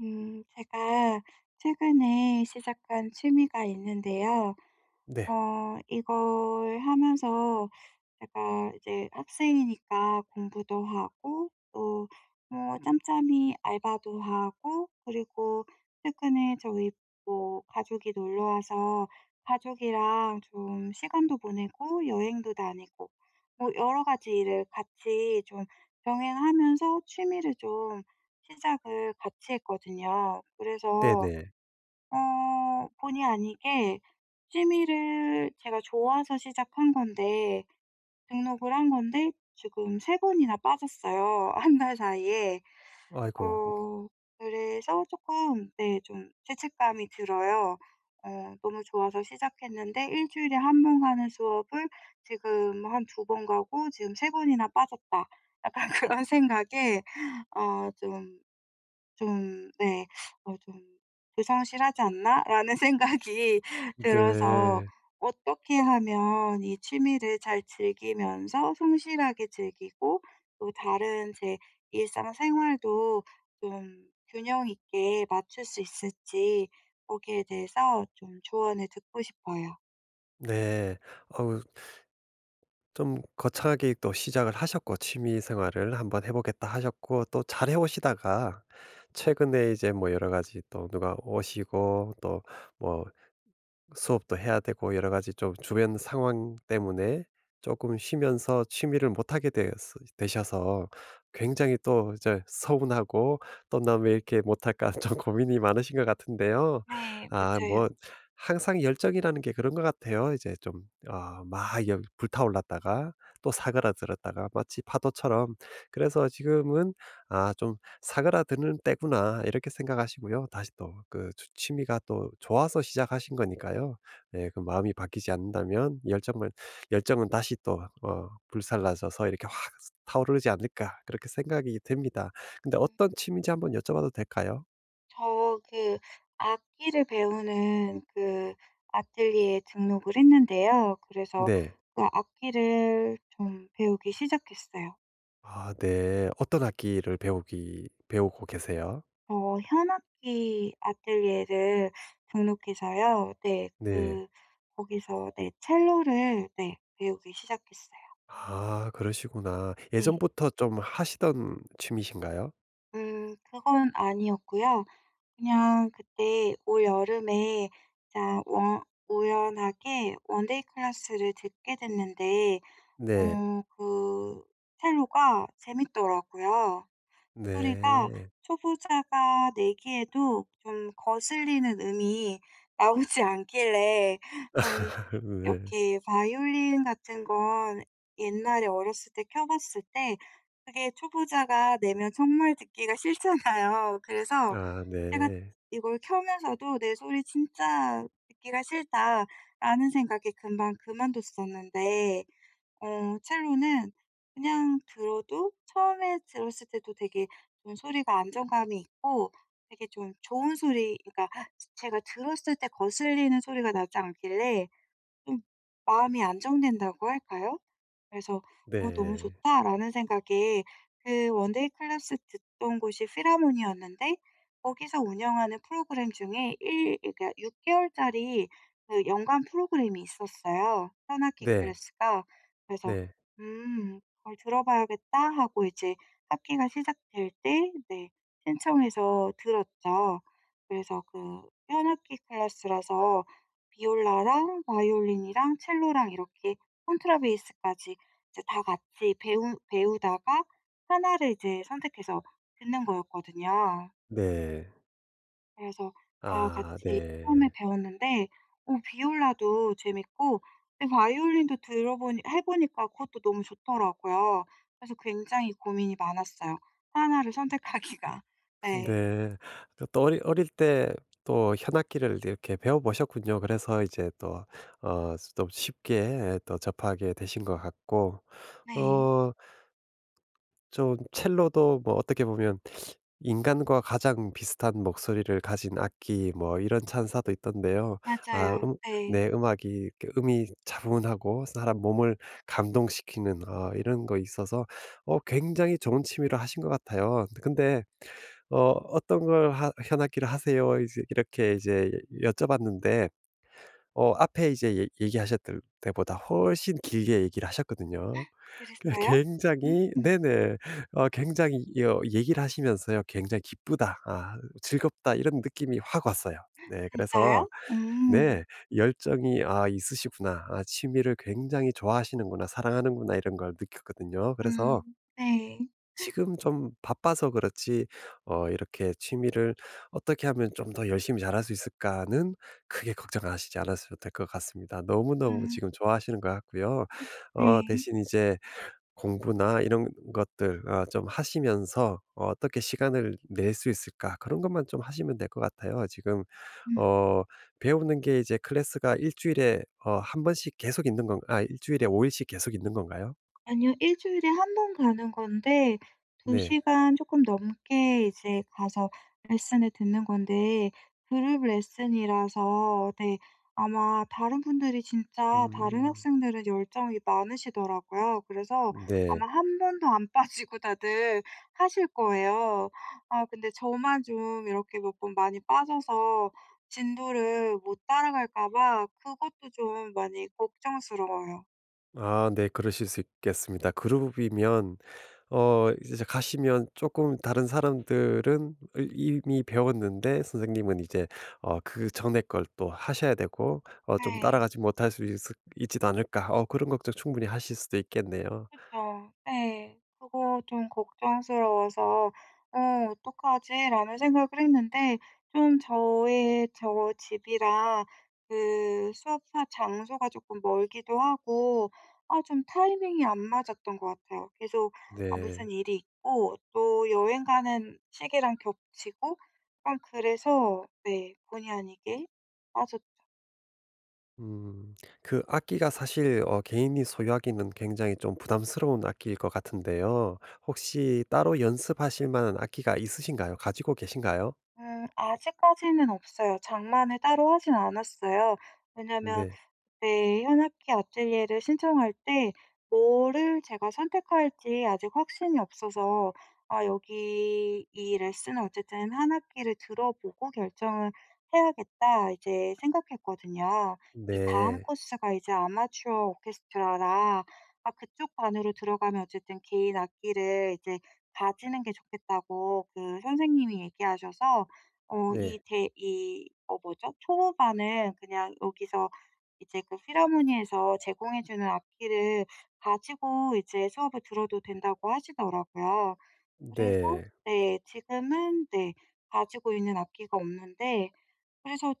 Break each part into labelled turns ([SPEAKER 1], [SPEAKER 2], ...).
[SPEAKER 1] 제가 최근에 시작한 취미가 있는데요.
[SPEAKER 2] 네.
[SPEAKER 1] 이걸 하면서 제가 이제 학생이니까 공부도 하고, 또 뭐 짬짬이 알바도 하고, 그리고 최근에 저희 뭐 가족이 놀러 와서 가족이랑 좀 시간도 보내고, 여행도 다니고, 뭐 여러 가지 일을 같이 좀 병행하면서 취미를 좀 시작을 같이 했거든요. 그래서
[SPEAKER 2] 네네.
[SPEAKER 1] 본의 아니게 취미를 제가 좋아서 시작한 건데 등록을 한 건데 지금 세 번이나 빠졌어요 한 달 사이에.
[SPEAKER 2] 아이고.
[SPEAKER 1] 어 그래서 조금 네, 좀 죄책감이 들어요. 너무 좋아서 시작했는데 일 주일에 한 번 가는 수업을 지금 한 두 번 가고 지금 세 번이나 빠졌다. 약간 그런 생각에 어좀 좀 네 좀 '불성실하지 않나?'라는 생각이 들어서
[SPEAKER 2] 네.
[SPEAKER 1] 어떻게 하면 이 취미를 잘 즐기면서 성실하게 즐기고 또 다른 제 일상생활도 좀 균형 있게 맞출 수 있을지 거기에 대해서 좀 조언을 듣고 싶어요.
[SPEAKER 2] 네. 어우 좀 거창하게 또 시작을 하셨고 취미 생활을 한번 해 보겠다 하셨고 또 잘해 오시다가 최근에 이제 뭐 여러 가지 또 누가 오시고 또뭐 수업도 해야 되고 여러 가지 좀 주변 상황 때문에 조금 쉬면서 취미를 못 하게 되 되셔서 굉장히 또 이제 서운하고 '또 나 왜 이렇게 못 할까.' 좀 고민이 많으신 것 같은데요.
[SPEAKER 1] 네.
[SPEAKER 2] 아 뭐
[SPEAKER 1] 맞아요.
[SPEAKER 2] 항상 열정이라는 게 그런 것 같아요. 이제 좀 아 막 열 불타올랐다가 또 사그라들었다가 마치 파도처럼. 그래서 지금은 아좀 사그라드는 때구나 이렇게 생각하시고요. 다시 또 그 취미가 또 좋아서 시작하신 거니까요. 예 그 마음이 바뀌지 않는다면 열정은 다시 또 불살라져서 이렇게 확 타오르지 않을까 그렇게 생각이 됩니다. 근데 어떤 취미인지 한번 여쭤봐도 될까요?
[SPEAKER 1] 저 그 악기를 배우는 그 아틀리에 등록을 했는데요. 그래서
[SPEAKER 2] 네.
[SPEAKER 1] 그 악기를 좀 배우기 시작했어요.
[SPEAKER 2] 아 네. 어떤 악기를 배우기 배우고 계세요?
[SPEAKER 1] 현악기 아틀리에를 등록해서요. 네.
[SPEAKER 2] 네.
[SPEAKER 1] 그 거기서 네 첼로를 네 배우기 시작했어요.
[SPEAKER 2] 아 그러시구나.
[SPEAKER 1] 네.
[SPEAKER 2] 예전부터 좀 하시던 취미신가요?
[SPEAKER 1] 그건 아니었고요. 그냥 그때 올여름에 진짜 원 우연하게 원데이 클래스를 듣게 됐는데
[SPEAKER 2] 네.
[SPEAKER 1] 그 첼로가 재밌더라고요. 소리가
[SPEAKER 2] 네.
[SPEAKER 1] 초보자가 내기에도 좀 거슬리는 음이 나오지 않길래 전
[SPEAKER 2] 네.
[SPEAKER 1] 이렇게 바이올린 같은 건 옛날에 어렸을 때 켜 봤을 때 그게 초보자가 내면 정말 듣기가 싫잖아요. 그래서
[SPEAKER 2] 아
[SPEAKER 1] 제가
[SPEAKER 2] 네.
[SPEAKER 1] 이걸 켜면서도 '내 소리 진짜 듣기가 싫다.'라는 생각에 금방 그만뒀었는데 첼로는 그냥 들어도 처음에 들었을 때도 되게 좀 소리가 안정감이 있고 되게 좀 좋은 소리, 그러니까 제가 들었을 때 거슬리는 소리가 나지 않길래 좀 마음이 안정된다고 할까요? 그래서 '어, 너무
[SPEAKER 2] 네.
[SPEAKER 1] 좋다.'라는 생각에 그 원데이 클래스 듣던 곳이 필하모니였는데 거기서 운영하는 프로그램 중에 일, 그러니까 6 개월짜리 그 연간 프로그램이 있었어요, 현악기
[SPEAKER 2] 네.
[SPEAKER 1] 클래스가. 그래서
[SPEAKER 2] 네.
[SPEAKER 1] '음, 그걸 들어봐야겠다.' 하고 이제 학기가 시작될 때 네 신청해서 들었죠. 그래서 그 현악기 클래스라서 비올라랑 바이올린이랑 첼로랑 이렇게 콘트라베이스까지 이제 다 같이 배우다가 하나를 이제 선택해서 듣는 거였거든요.
[SPEAKER 2] 네.
[SPEAKER 1] 그래서 다
[SPEAKER 2] 아
[SPEAKER 1] 같이 처음에
[SPEAKER 2] 네.
[SPEAKER 1] 배웠는데 오, 비올라도 재밌고, 근데 바이올린도 들어보니 해 보니까 그것도 너무 좋더라고요. 그래서 굉장히 고민이 많았어요. 하나를 선택하기가. 네.
[SPEAKER 2] 네. 그 또 어릴 때 또 현악기를 이렇게 배워 보셨군요. 그래서 이제 또 또 쉽게 또 접하게 되신 것 같고,
[SPEAKER 1] 네.
[SPEAKER 2] 어 좀 첼로도 뭐 어떻게 보면 인간과 가장 비슷한 목소리를 가진 악기 뭐 이런 찬사도 있던데요. 아
[SPEAKER 1] 맞아요. 네.
[SPEAKER 2] 네 음악이 이렇게 음이 차분하고 사람 몸을 감동시키는 이런 거 있어서 굉장히 좋은 취미를 하신 것 같아요. 근데 "어떤 걸 하 현악기를 하세요?" 이제 이렇게 이제 여쭤봤는데 앞에 이제 얘 얘기하셨던 때보다 훨씬 길게 얘기를 하셨거든요. 그
[SPEAKER 1] 그랬어요? 음.
[SPEAKER 2] 굉장히
[SPEAKER 1] 음.
[SPEAKER 2] 네네. 굉장히 여 얘기를 하시면서요. 굉장히 기쁘다. 아 즐겁다 이런 느낌이 확 왔어요. 네. 그래서
[SPEAKER 1] 진짜요? 음.
[SPEAKER 2] 네. 열정이 있으시구나. 아 취미를 굉장히 좋아하시는구나. 사랑하는구나. 이런 걸 느꼈거든요. 그래서
[SPEAKER 1] 음. 네.
[SPEAKER 2] 지금 좀 바빠서 그렇지, 이렇게 취미를 '어떻게 하면 좀 더 열심히 잘할 수 있을까.'는 크게 걱정하시지 않으셔도 될 것 같습니다. 너무너무
[SPEAKER 1] 음.
[SPEAKER 2] 지금 좋아하시는 것 같고요.
[SPEAKER 1] 네.
[SPEAKER 2] 대신 이제 공부나 이런 것들 아, 좀 하시면서 어떻게 시간을 낼 수 있을까 그런 것만 좀 하시면 될 것 같아요. 지금
[SPEAKER 1] 음.
[SPEAKER 2] 어 배우는 게 이제 클래스가 일 주일에 한 번씩 계속 있는 건, 아 일 주일에 5 일씩 계속 있는 건가요?
[SPEAKER 1] 아니요, 일 주일에 한 번 가는 건데 두
[SPEAKER 2] 네.
[SPEAKER 1] 시간 조금 넘게 이제 가서 레슨을 듣는 건데, 그룹 레슨이라서 네 아마 다른 분들이 진짜 다른
[SPEAKER 2] 음.
[SPEAKER 1] 학생들은 열정이 많으시더라고요. 그래서 아마
[SPEAKER 2] 네.
[SPEAKER 1] 한 번도 안 빠지고 다들 하실 거예요. 아, 근데 저만 좀 이렇게 몇 번 많이 빠져서 진도를 못 따라갈까 봐 그것도 좀 많이 걱정스러워요.
[SPEAKER 2] 아 네. 그러실 수 있겠습니다. 그룹이면 이제 가시면 조금 다른 사람들은 이미 배웠는데 선생님은 이제 그전에 걸 또 하셔야 되고 좀
[SPEAKER 1] 네.
[SPEAKER 2] 따라가지 못할 수 있 있지도 않을까. 그런 걱정 충분히 하실 수도 있겠네요.
[SPEAKER 1] 그쵸. 네, 그거 좀 걱정스러워서 '어, 어떡하지?'라는 생각을 했는데 좀 저의 저 집이랑 그 수업사 장소가 쪼끔 멀기도 하고, 아 좀 타이밍이 안 맞았던 것 같아요. 계속
[SPEAKER 2] 네.
[SPEAKER 1] 무슨 일이 있고 또 여행 가는 시기랑 겹치고 약간 그래서 네 본의 아니게 빠졌.
[SPEAKER 2] 음. 그 악기가 사실 개인이 소유하기는 굉장히 좀 부담스러운 악기일 것 같은데요. 혹시 따로 연습하실 만한 악기가 있으신가요? 가지고 계신가요?
[SPEAKER 1] 아직까지는 없어요. 장만을 따로 하진 않았어요. 왜냐면
[SPEAKER 2] 네.
[SPEAKER 1] 네, 현악기 아틀리에를 신청할 때 뭐를 제가 선택할지 아직 확신이 없어서, 아, 여기 이 레슨을 어쨌든 한 학기를 들어보고 결정을 해야겠다 이제 생각했거든요. 이 다음
[SPEAKER 2] 네.
[SPEAKER 1] 코스가 이제 아마추어 오케스트라라, 아, 그쪽 반으로 들어가면 어쨌든 개인 악기를 이제 가지는 게 좋겠다고 그 선생님이 얘기하셔서, 어, 이
[SPEAKER 2] 네.
[SPEAKER 1] 대, 이, 어, 뭐죠? 초보반은 그냥 여기서 이제 그 필하모니에서 제공해 주는 악기를 가지고 이제 수업을 들어도 된다고 하시더라고요. 그래서
[SPEAKER 2] 네.
[SPEAKER 1] 네, 지금은 네 가지고 있는 악기가 없는데, 그래서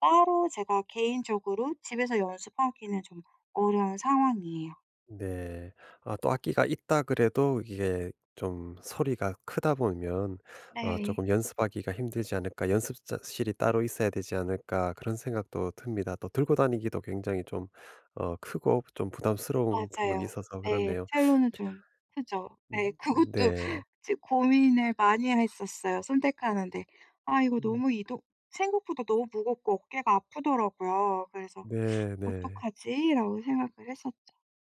[SPEAKER 1] 따로 제가 개인적으로 집에서 연습하기는 좀 어려운 상황이에요.
[SPEAKER 2] 네. 아 또 악기가 있다 그래도 이게 좀 소리가 크다 보면
[SPEAKER 1] 네. 네.
[SPEAKER 2] '조금 연습하기가 힘들지 않을까. 연습실이 따로 있어야 되지 않을까.' 그런 생각도 듭니다. 또 들고 다니기도 굉장히 좀 크고 좀 부담스러운 부분이
[SPEAKER 1] 맞아요.
[SPEAKER 2] 있어서
[SPEAKER 1] 네,
[SPEAKER 2] 그렇네요.
[SPEAKER 1] 첼로는 좀 크죠. 네. 그것도
[SPEAKER 2] 네.
[SPEAKER 1] 지- 고민을 많이 했었어요, 선택하는데. 아, 이거
[SPEAKER 2] 음.
[SPEAKER 1] 너무 이동 생각보다 너무 무겁고 어깨가 아프더라고요. 그래서
[SPEAKER 2] 네네.
[SPEAKER 1] '어떡하지?'라고 생각을 했었죠.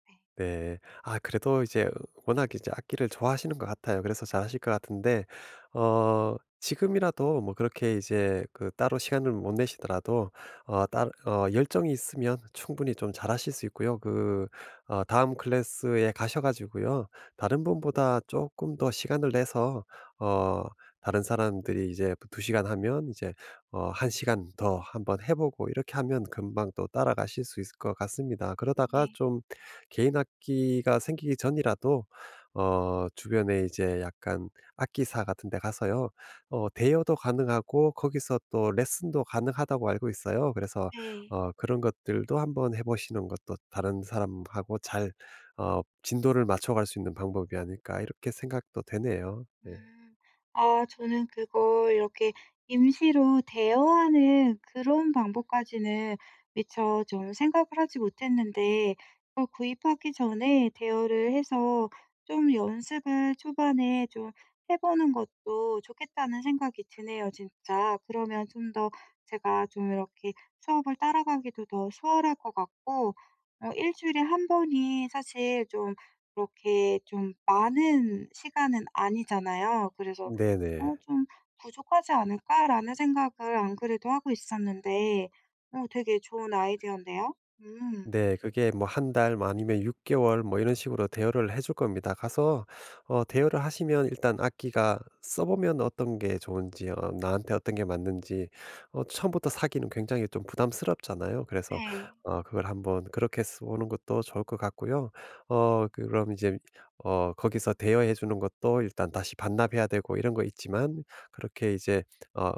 [SPEAKER 1] 네.
[SPEAKER 2] 네. 아 그래도 이제 워낙 이제 악기를 좋아하시는 것 같아요. 그래서 잘하실 것 같은데 지금이라도 뭐 그렇게 이제 그 따로 시간을 못 내시더라도 어 따 어 열정이 있으면 충분히 좀 잘하실 수 있고요. 그 다음 클래스에 가셔 가지고요. 다른 분보다 조금 더 시간을 내서 어 다른 사람들이 이제 뭐 두 시간 하면 이제 한 시간 더 한번 해 보고 이렇게 하면 금방 또 따라가실 수 있을 것 같습니다. 그러다가
[SPEAKER 1] 네.
[SPEAKER 2] 좀 개인 악기가 생기기 전이라도 주변에 이제 약간 악기사 같은 데 가서요. 대여도 가능하고 거기서 또 레슨도 가능하다고 알고 있어요. 그래서
[SPEAKER 1] 네.
[SPEAKER 2] 그런 것들도 한번 해 보시는 것도 다른 사람하고 잘 진도를 맞춰 갈 수 있는 방법이 아닐까 이렇게 생각도 되네요. 네.
[SPEAKER 1] 음. 아, 저는 그걸 이렇게 임시로 대여하는 그런 방법까지는 미처 좀 생각을 하지 못했는데, 그걸 구입하기 전에 대여를 해서 좀 연습을 초반에 좀 해 보는 것도 좋겠다는 생각이 드네요 진짜. 그러면 좀 더 제가 좀 이렇게 수업을 따라가기도 더 수월할 것 같고, 일 주일에 한 번이 사실 좀 그렇게 좀 많은 시간은 아니잖아요. 그래서
[SPEAKER 2] 네네.
[SPEAKER 1] '어 좀 부족하지 않을까?'라는 생각을 안 그래도 하고 있었는데 되게 좋은 아이디어인데요. 음.
[SPEAKER 2] 네. 그게 뭐 한 달 뭐 아니면 6 개월 뭐 이런 식으로 대여를 해줄 겁니다. 가서 대여를 하시면 일단 악기가 써 보면 어떤 게 좋은지 나한테 어떤 게 맞는지, 처음부터 사기는 굉장히 좀 부담스럽잖아요. 그래서
[SPEAKER 1] 네.
[SPEAKER 2] 그걸 한번 그렇게 써 보는 것도 좋을 것 같고요. 그럼 이제 거기서 대여해 주는 것도 일단 다시 반납해야 되고 이런 거 있지만, 그렇게 이제 어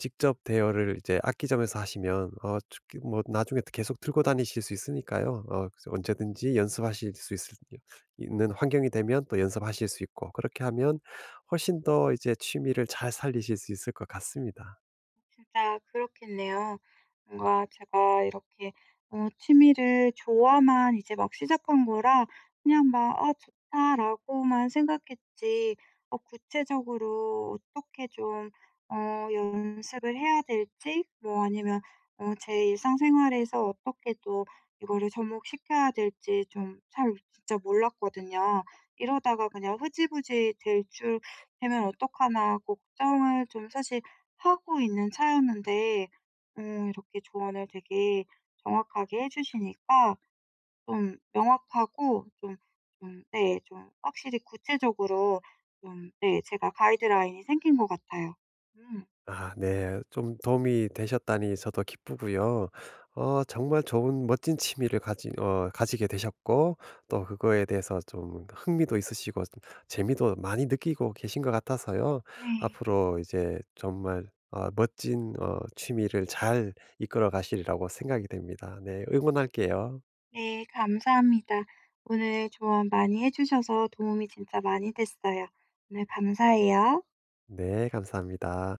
[SPEAKER 2] 직접 대여를 이제 악기점에서 하시면 특히 뭐 나중에 또 계속 들고 다니실 수 있으니까요. 그래서 언제든지 연습하실 수 있을 있는 환경이 되면 또 연습하실 수 있고, 그렇게 하면 훨씬 더 이제 취미를 잘 살리실 수 있을 것 같습니다.
[SPEAKER 1] 진짜 그렇겠네요. 뭔가 제가 이렇게 취미를 좋아만 이제 막 시작한 거라 그냥 막 '아, 좋다.'라고만 생각했지 구체적으로 어떻게 좀 연습을 해야 될지, 뭐 아니면 제 일상생활에서 어떻게 또 이거를 접목시켜야 될지 좀 잘 진짜 몰랐거든요. 이러다가 그냥 흐지부지 될 줄, 되면 어떡하나 걱정을 좀 사실 하고 있는 차였는데 이렇게 조언을 되게 정확하게 해 주시니까 좀 명확하고 좀 좀 네 좀 확실히 구체적으로 좀 네 제가 가이드라인이 생긴 것 같아요. 음.
[SPEAKER 2] 아 네. 좀 도움이 되셨다니 저도 기쁘고요. 정말 좋은 멋진 취미를 가지게 되셨고, 또 그거에 대해서 좀 흥미도 있으시고 좀 재미도 많이 느끼고 계신 것 같아서요.
[SPEAKER 1] 네.
[SPEAKER 2] 앞으로 이제 정말 멋진 취미를 잘 이끌어 가시리라고 생각이 됩니다. 네. 응원할게요.
[SPEAKER 1] 네, 감사합니다. 오늘 조언 많이 해 주셔서 도움이 진짜 많이 됐어요. 오늘 감사해요.
[SPEAKER 2] 네. 감사합니다.